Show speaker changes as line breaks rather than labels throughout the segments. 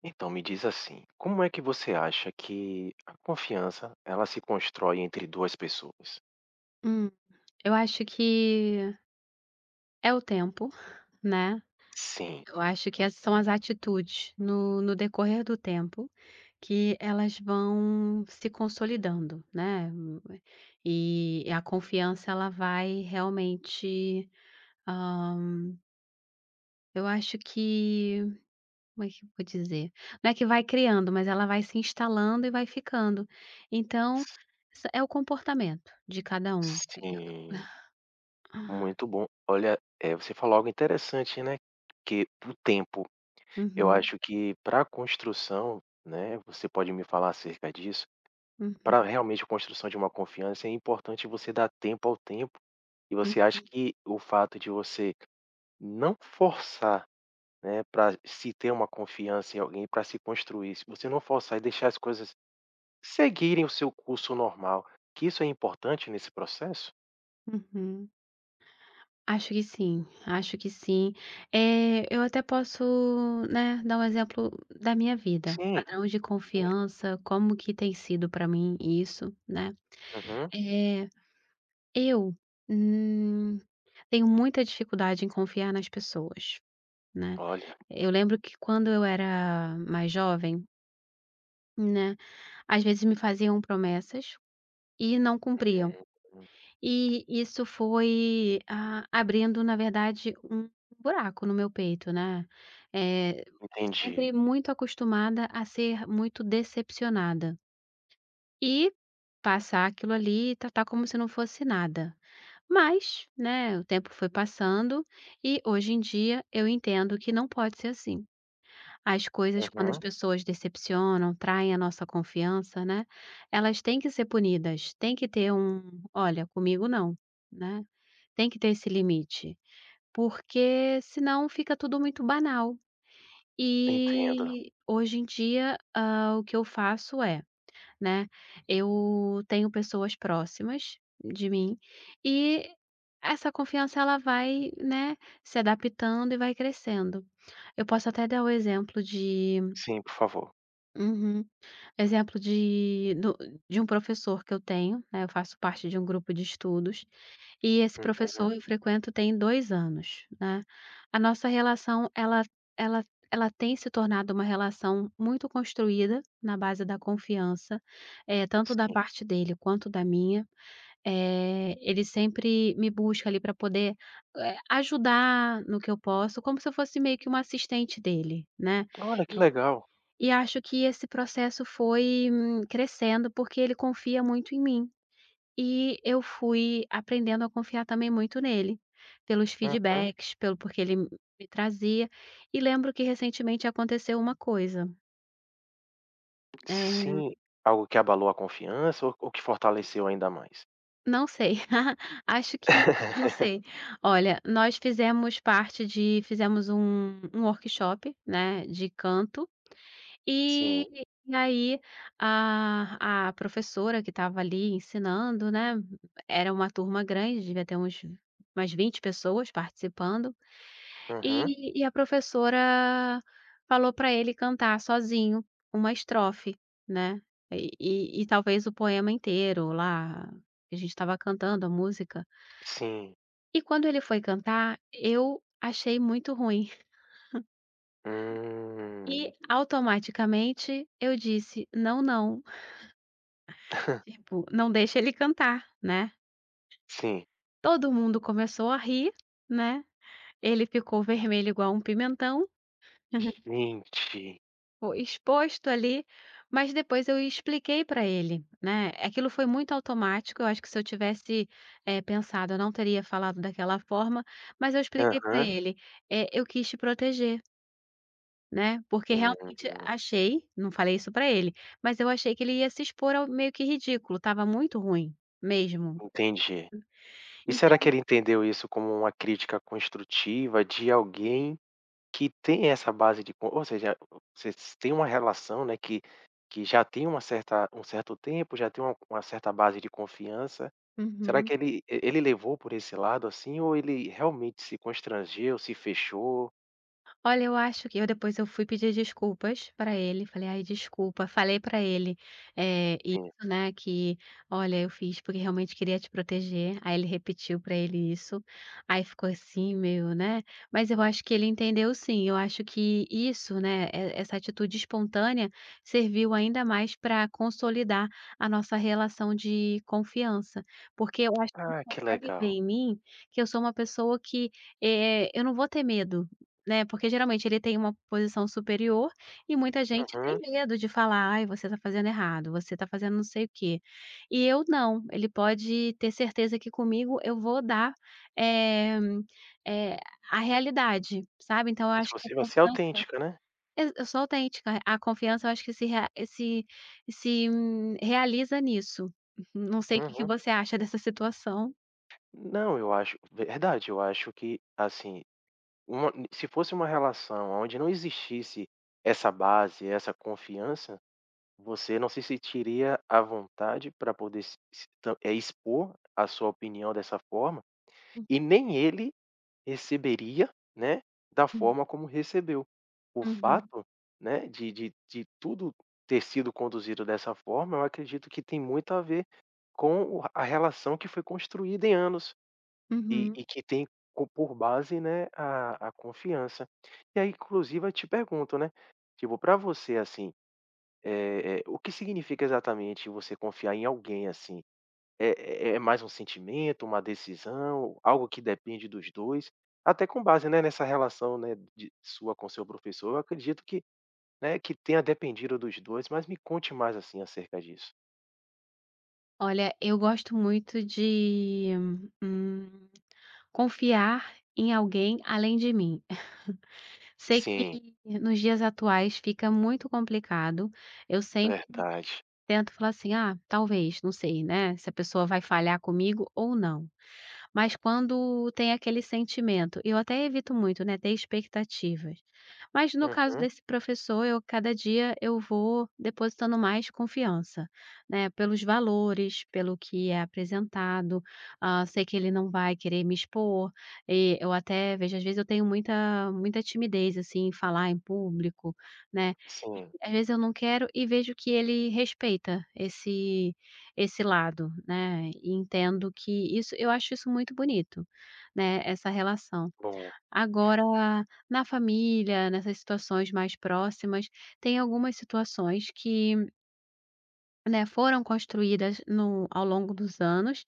Então me diz assim, como é que você acha que a confiança ela se constrói entre 2 pessoas?
Hum, eu acho que é o tempo, né.
Sim,
Eu acho que essas são as atitudes no decorrer do tempo que elas vão se consolidando, né. E a confiança ela vai realmente, hã, eu acho que como é que eu vou dizer? Não é que vai criando, mas ela vai se instalando e vai ficando. Então, essa é o comportamento de cada um.
sim, muito bom. Olha, você falou algo interessante, né, que o tempo. Eu
Uhum,
acho que para a construção, né, você pode me falar acerca disso? Para
uhum,
realmente a construção de uma confiança é importante você dar tempo ao tempo, e você acha que o fato de você não forçar, né, para se ter uma confiança em alguém, para se construir. Se você não forçar e deixar as coisas seguirem o seu curso normal, que isso é importante nesse processo?
uhum, uhum. Acho que sim, acho que sim. Eu até posso, né, dar um exemplo da minha vida.
Sim,
Padrão de
sim.
confiança, como que tem sido para mim isso, né.
Uhum.
Eh, eu, hum, tenho muita dificuldade em confiar nas pessoas, né.
Olha,
Eu lembro que quando eu era mais jovem, né, às vezes me faziam promessas e não cumpriam.
hum,
E isso foi, ah, abrindo, na verdade, um buraco no meu peito, né. Eh,
entendi.
Sempre muito acostumada a ser muito decepcionada e passar aquilo ali e tratar como se não fosse nada. Mas, né, o tempo foi passando e hoje em dia eu entendo que não pode ser assim. As coisas, quando as
Uhum.
pessoas decepcionam, traem a nossa confiança, né, elas têm que ser punidas, tem que ter um: "Olha, comigo não", né. Tem que ter esse limite, porque senão fica tudo muito banal.
Entendo.
E hoje em dia, o que eu faço é, né, eu tenho pessoas próximas de mim e essa confiança ela vai, né, se adaptando e vai crescendo. Eu posso até dar o exemplo de
Sim, por favor.
uhum, exemplo de do de um professor que eu tenho, né, eu faço parte de um grupo de estudos, e esse
Uhum.
professor eu frequento tem 2 anos, né. A nossa relação ela ela tem se tornado uma relação muito construída na base da confiança, tanto da
Sim.
parte dele quanto da minha. Ele sempre me busca ali para poder, ajudar no que eu posso, como se eu fosse meio que uma assistente dele, né.
Olha, que
E
legal.
e acho que esse processo foi, crescendo, porque ele confia muito em mim. E eu fui aprendendo a confiar também muito nele, pelos
Uhum.
feedbacks, pelo porque ele me trazia. E lembro que recentemente aconteceu uma coisa, eh,
Sim. Algo que abalou a confiança ou que fortaleceu ainda mais?
não sei, acho que não sei. Olha, nós fizemos parte de fizemos um workshop, né, de canto, e
Sim.
aí a professora que estava ali ensinando, né, era uma turma grande, devia ter uns umas 20 pessoas participando.
Uhum.
E a professora falou para ele cantar sozinho uma estrofe, né, e talvez o poema inteiro lá, que a gente estava cantando a música.
Sim.
E quando ele foi cantar, eu achei muito ruim e
Hum.
automaticamente eu disse: "Não, não", tipo, não deixa ele cantar, né.
Sim.
Todo mundo começou a rir, né, ele ficou vermelho igual um pimentão.
Gente.
Pô, exposto ali, mas depois eu expliquei para ele, né, aquilo foi muito automático, eu acho que se eu tivesse, pensado, eu não teria falado daquela forma, mas eu expliquei para
Aham.
ele, eu quis te proteger, né, porque
Hum,
realmente achei, não falei isso para ele, mas eu achei que ele ia se expor ao meio que ridículo, tava muito ruim, mesmo.
Entendi. E será que
Então.
ele entendeu isso como uma crítica construtiva de alguém que tem essa base de co ou seja, vocês têm uma relação, né, que já tem uma certa um certo tempo, já tem uma certa base de confiança. Será
Uhum.
que ele levou por esse lado, assim, ou ele realmente se constrangeu, se fechou?
Olha, eu acho que eu depois eu fui pedir desculpas pra ele, falei: "Ai, desculpa", falei pra ele, isso,
Sim.
né, que: "Olha, eu fiz porque realmente queria te proteger". Aí ele repetiu pra ele isso, aí ficou assim meio, né, mas eu acho que ele entendeu sim, eu acho que isso, né, e essa atitude espontânea serviu ainda mais pra consolidar a nossa relação de confiança, porque eu acho que ele
Ah, que
consegue ver
legal.
em mim que eu sou uma pessoa que, eu não vou ter medo, né, porque geralmente ele tem uma posição superior e muita gente tem
Uhum.
medo de falar: "Ai, você tá fazendo errado, você tá fazendo não sei o quê". E eu não, ele pode ter certeza que comigo eu vou dar, eh eh, a realidade, sabe. Então eu
Se
acho que a
você vai ser
confiança
autêntica, né.
eu sou autêntica, a confiança eu acho que se realiza nisso. Não sei o que que
Uhum.
você acha dessa situação.
Não, eu acho verdade, eu acho que, assim, uma se fosse uma relação onde não existisse essa base, essa confiança, você não se sentiria à vontade para poder se expor a sua opinião dessa forma, e nem ele receberia, né, da
Uhum,
forma como recebeu. O
uhum,
fato, né, de tudo ter sido conduzido dessa forma, eu acredito que tem muito a ver com o a relação que foi construída em anos. E
uhum.
e que tem co por base, né, a confiança. E aí, inclusive, eu te pergunto, né, tipo, para você, assim, o que significa exatamente você confiar em alguém, assim? É é mais um sentimento, uma decisão, algo que depende dos dois. Até com base, né, nessa relação, né, de sua com seu professor, eu acredito que, né, que tenha dependido dos dois, mas me conte mais, assim, acerca disso.
Olha, eu gosto muito de, hum, confiar em alguém além de mim. Sei
Sim,
que nos dias atuais fica muito complicado. Eu sempre
verdade.
tento falar assim: "Ah, talvez, não sei, né, se a pessoa vai falhar comigo ou não". Mas quando tem aquele sentimento eu até evito muito, né, ter expectativas. Mas no caso
Uhum.
desse professor, eu cada dia eu vou depositando mais confiança, né, pelos valores, pelo que é apresentado, sei que ele não vai querer me expor, e eu até vejo às vezes eu tenho muita muita timidez, assim, em falar em público, né, e
Sim,
às vezes eu não quero e vejo que ele respeita esse lado, né, e entendo que isso eu acho isso muito bonito, né, essa relação.
bom.
Agora, na família, nessas situações mais próximas, tem algumas situações que, né, foram construídas no ao longo dos anos,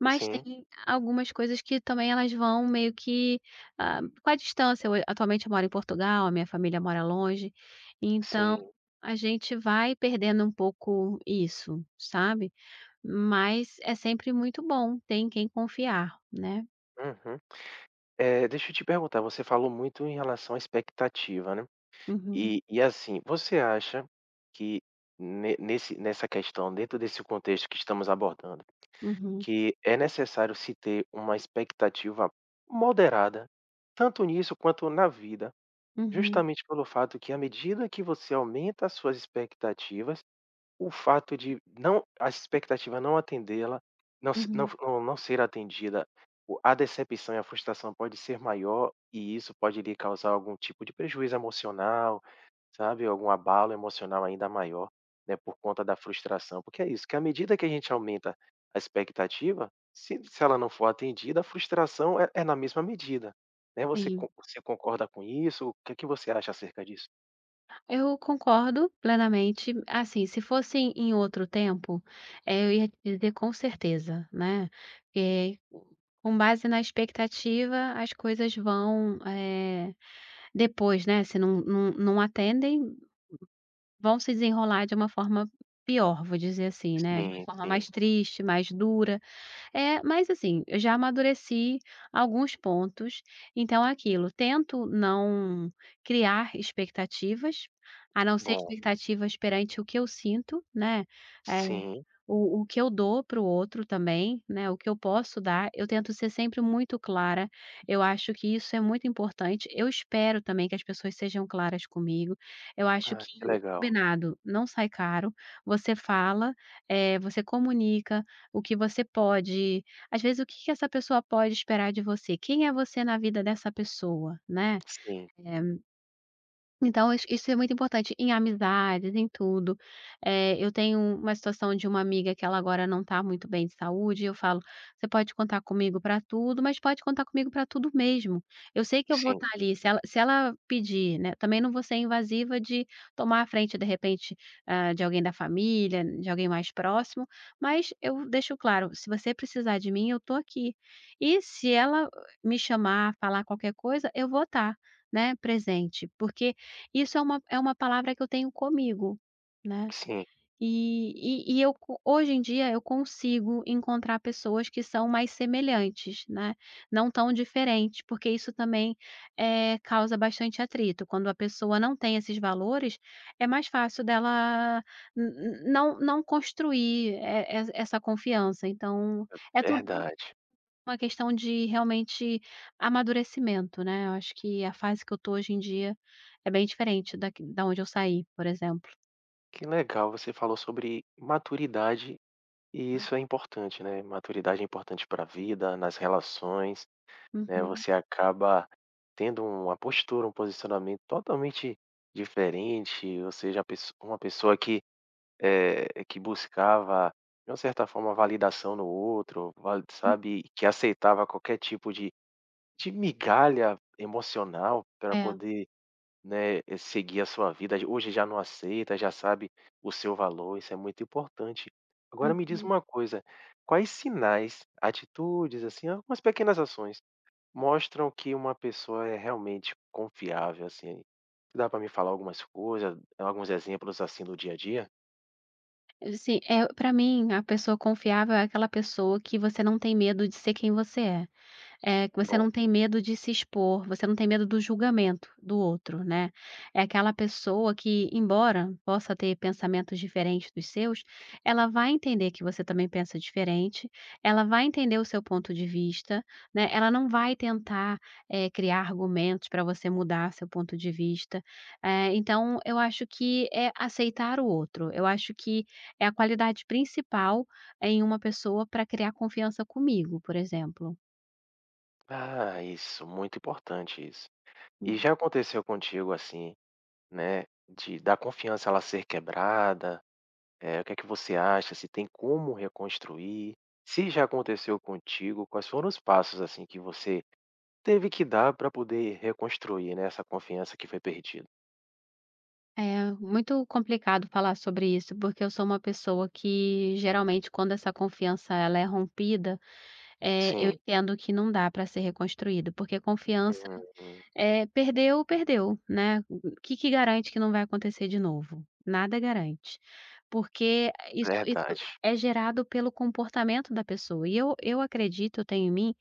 mas
Sim,
tem algumas coisas que também elas vão meio que, ah, com a distância, eu atualmente eu moro em Portugal, a minha família mora longe, então
sim.
a gente vai perdendo um pouco isso, sabe? Mas é sempre muito bom ter em quem confiar, né.
Uhum. Deixa eu te perguntar, você falou muito em relação à expectativa, né.
Uhum,
E assim, você acha que ne nesse nessa questão, dentro desse contexto que estamos abordando,
uhum,
que é necessário se ter uma expectativa moderada, tanto nisso quanto na vida,
uhum,
justamente pelo fato que à medida que você aumenta as suas expectativas, o fato de não a expectativa não atendê-la, não se não
uhum.
não não ser atendida, o a decepção e a frustração pode ser maior, e isso pode lhe causar algum tipo de prejuízo emocional, sabe, algum abalo emocional ainda maior, né, por conta da frustração. Porque é isso, que à medida que a gente aumenta a expectativa, se ela não for atendida, a frustração é na mesma medida, né. Você
Sim.
con você concorda com isso? O que é que você acha acerca disso?
Eu concordo plenamente. Assim, se fosse em outro tempo, eu ia te dizer com certeza, né, eh, com base na expectativa, as coisas vão, depois, né, se não não não atendem, vão se desenrolar de uma forma pior, vou dizer assim, né, de uma
Sim,
forma mais
sim.
triste, mais dura. É, mas assim, eu já amadureci alguns pontos, então é aquilo, tento não criar expectativas, a não ser
Bom,
expectativas perante o que eu sinto, né, eh,
sim.
o que eu dou para o outro também, né, o que eu posso dar, eu tento ser sempre muito clara, eu acho que isso é muito importante, eu espero também que as pessoas sejam claras comigo, eu acho
Ah,
que
que
o
legal.
combinado não sai caro, você fala, você comunica o que você pode às vezes o que que essa pessoa pode esperar de você, quem é você na vida dessa pessoa, né,
Sim,
eh então isso isso é muito importante em amizades, em tudo. Eu tenho uma situação de uma amiga que ela agora não está muito bem de saúde e eu falo: "Você pode contar comigo para tudo, mas pode contar comigo para tudo mesmo". Eu sei que eu vou
sim,
estar ali, se ela se ela pedir, né, também não vou ser invasiva de tomar a frente, de repente, ah, de alguém da família, de alguém mais próximo, mas eu deixo claro: "Se você precisar de mim, eu estou aqui". E se ela me chamar, falar qualquer coisa, eu vou estar, né, presente, porque isso é uma palavra que eu tenho comigo, né.
sim,
E e eu co hoje em dia eu consigo encontrar pessoas que são mais semelhantes, né, não tão diferentes, porque isso também, causa bastante atrito. Quando a pessoa não tem esses valores, é mais fácil dela n n não não construir e essa confiança. Então, é tudo
verdade.
uma questão de realmente amadurecimento, né, eu acho que a fase que eu tô hoje em dia é bem diferente daqui da onde eu saí, por exemplo.
Que legal, você falou sobre maturidade e isso é importante, né. Maturidade é importante para a vida, nas relações, né,
Uhum.
você acaba tendo uma postura, um posicionamento totalmente diferente, ou seja, a pesso uma pessoa que, que buscava, de uma certa forma, validação no outro, vali sabe, que aceitava qualquer tipo de migalha emocional para
É.
poder, né, seguir a sua vida, hoje já não aceita, já sabe o seu valor, isso é muito importante. Agora me diz
Uhum.
uma coisa, quais sinais, atitudes, assim, algumas pequenas ações, mostram que uma pessoa é realmente confiável, assim? Dá para me falar algumas coisas, alguns exemplos, assim, do dia a dia?
Assim, pra mim, a pessoa confiável é aquela pessoa que você não tem medo de ser quem você é. É, que você
Bom,
não tem medo de se expor, você não tem medo do julgamento do outro, né. É aquela pessoa que, embora possa ter pensamentos diferentes dos seus, ela vai entender que você também pensa diferente, ela vai entender o seu ponto de vista, né, ela não vai tentar, criar argumentos para você mudar seu ponto de vista. Então eu acho que é aceitar o outro, eu acho que é a qualidade principal em uma pessoa para criar confiança comigo, por exemplo.
ah, isso, muito importante isso. E já aconteceu contigo, assim, né, de da confiança ela ser quebrada? É, o que é que você acha? Se tem como reconstruir? Se já aconteceu contigo, quais foram os passos, assim, que você teve que dar para poder reconstruir, né, essa confiança que foi perdida?
É muito complicado falar sobre isso, porque eu sou uma pessoa que geralmente quando essa confiança ela é rompida, eu
Sim.
entendo que não dá para ser reconstruído, porque confiança
Uhum.
é, perdeu, perdeu, né. O que que garante que não vai acontecer de novo? Nada garante, porque isso isso
Verdade.
é gerado pelo comportamento da pessoa e eu acredito, eu tenho em mim,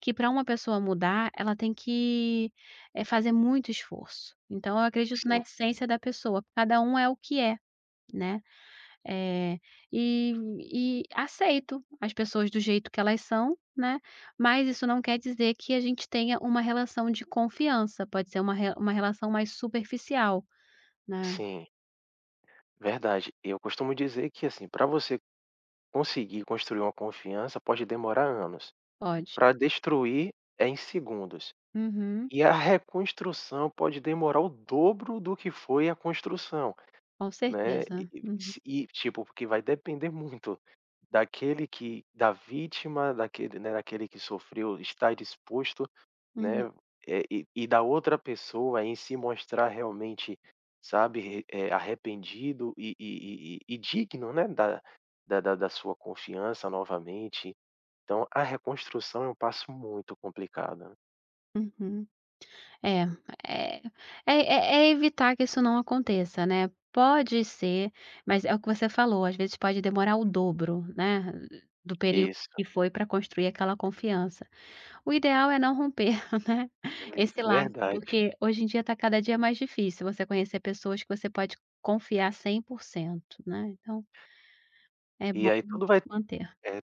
que para uma pessoa mudar ela tem que, fazer muito esforço. Então eu acredito na
Sim,
essência da pessoa, cada um é o que é, né. Eh, e e aceito as pessoas do jeito que elas são, né, mas isso não quer dizer que a gente tenha uma relação de confiança, pode ser uma relação mais superficial, né.
sim, verdade. Eu costumo dizer que, assim, para você conseguir construir uma confiança pode demorar anos.
Pode.
Para destruir é em segundos.
Uhum.
E a reconstrução pode demorar o dobro do que foi a construção.
Com
Né,
certeza.
e
Uhum,
e tipo, porque vai depender muito daquele que da vítima, daquele, né, daquele que sofreu estar disposto, né,
uhum,
e da outra pessoa em se mostrar realmente, sabe, arrependido e digno, né, da sua confiança novamente. Então a reconstrução é um passo muito complicado. Né.
uhum. É, é é evitar que isso não aconteça, né. Pode ser, mas é o que você falou, às vezes pode demorar o dobro, né, do período
Isso,
que foi para construir aquela confiança. O ideal é não romper, né,
é
esse laço,
verdade.
porque hoje em dia está cada dia mais difícil você conhecer pessoas que você pode confiar 100%, né, então é
E
bom
aí tudo vai.
manter.
É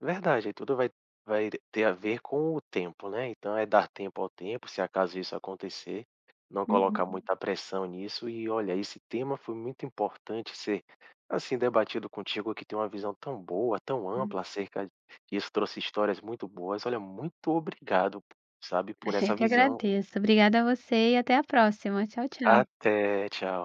verdade, tudo vai ter a ver com o tempo, né, então é dar tempo ao tempo, se acaso isso acontecer, não colocar
Uhum.
muita pressão nisso e olha, esse tema foi muito importante ser, assim, debatido contigo que tem uma visão tão boa, tão
Hum.
ampla acerca disso, trouxe histórias muito boas, olha, muito obrigado, sabe, por essa
Eu que
visão.
agradeço. Obrigada a você e até a próxima. Tchau, tchau.
Até, tchau.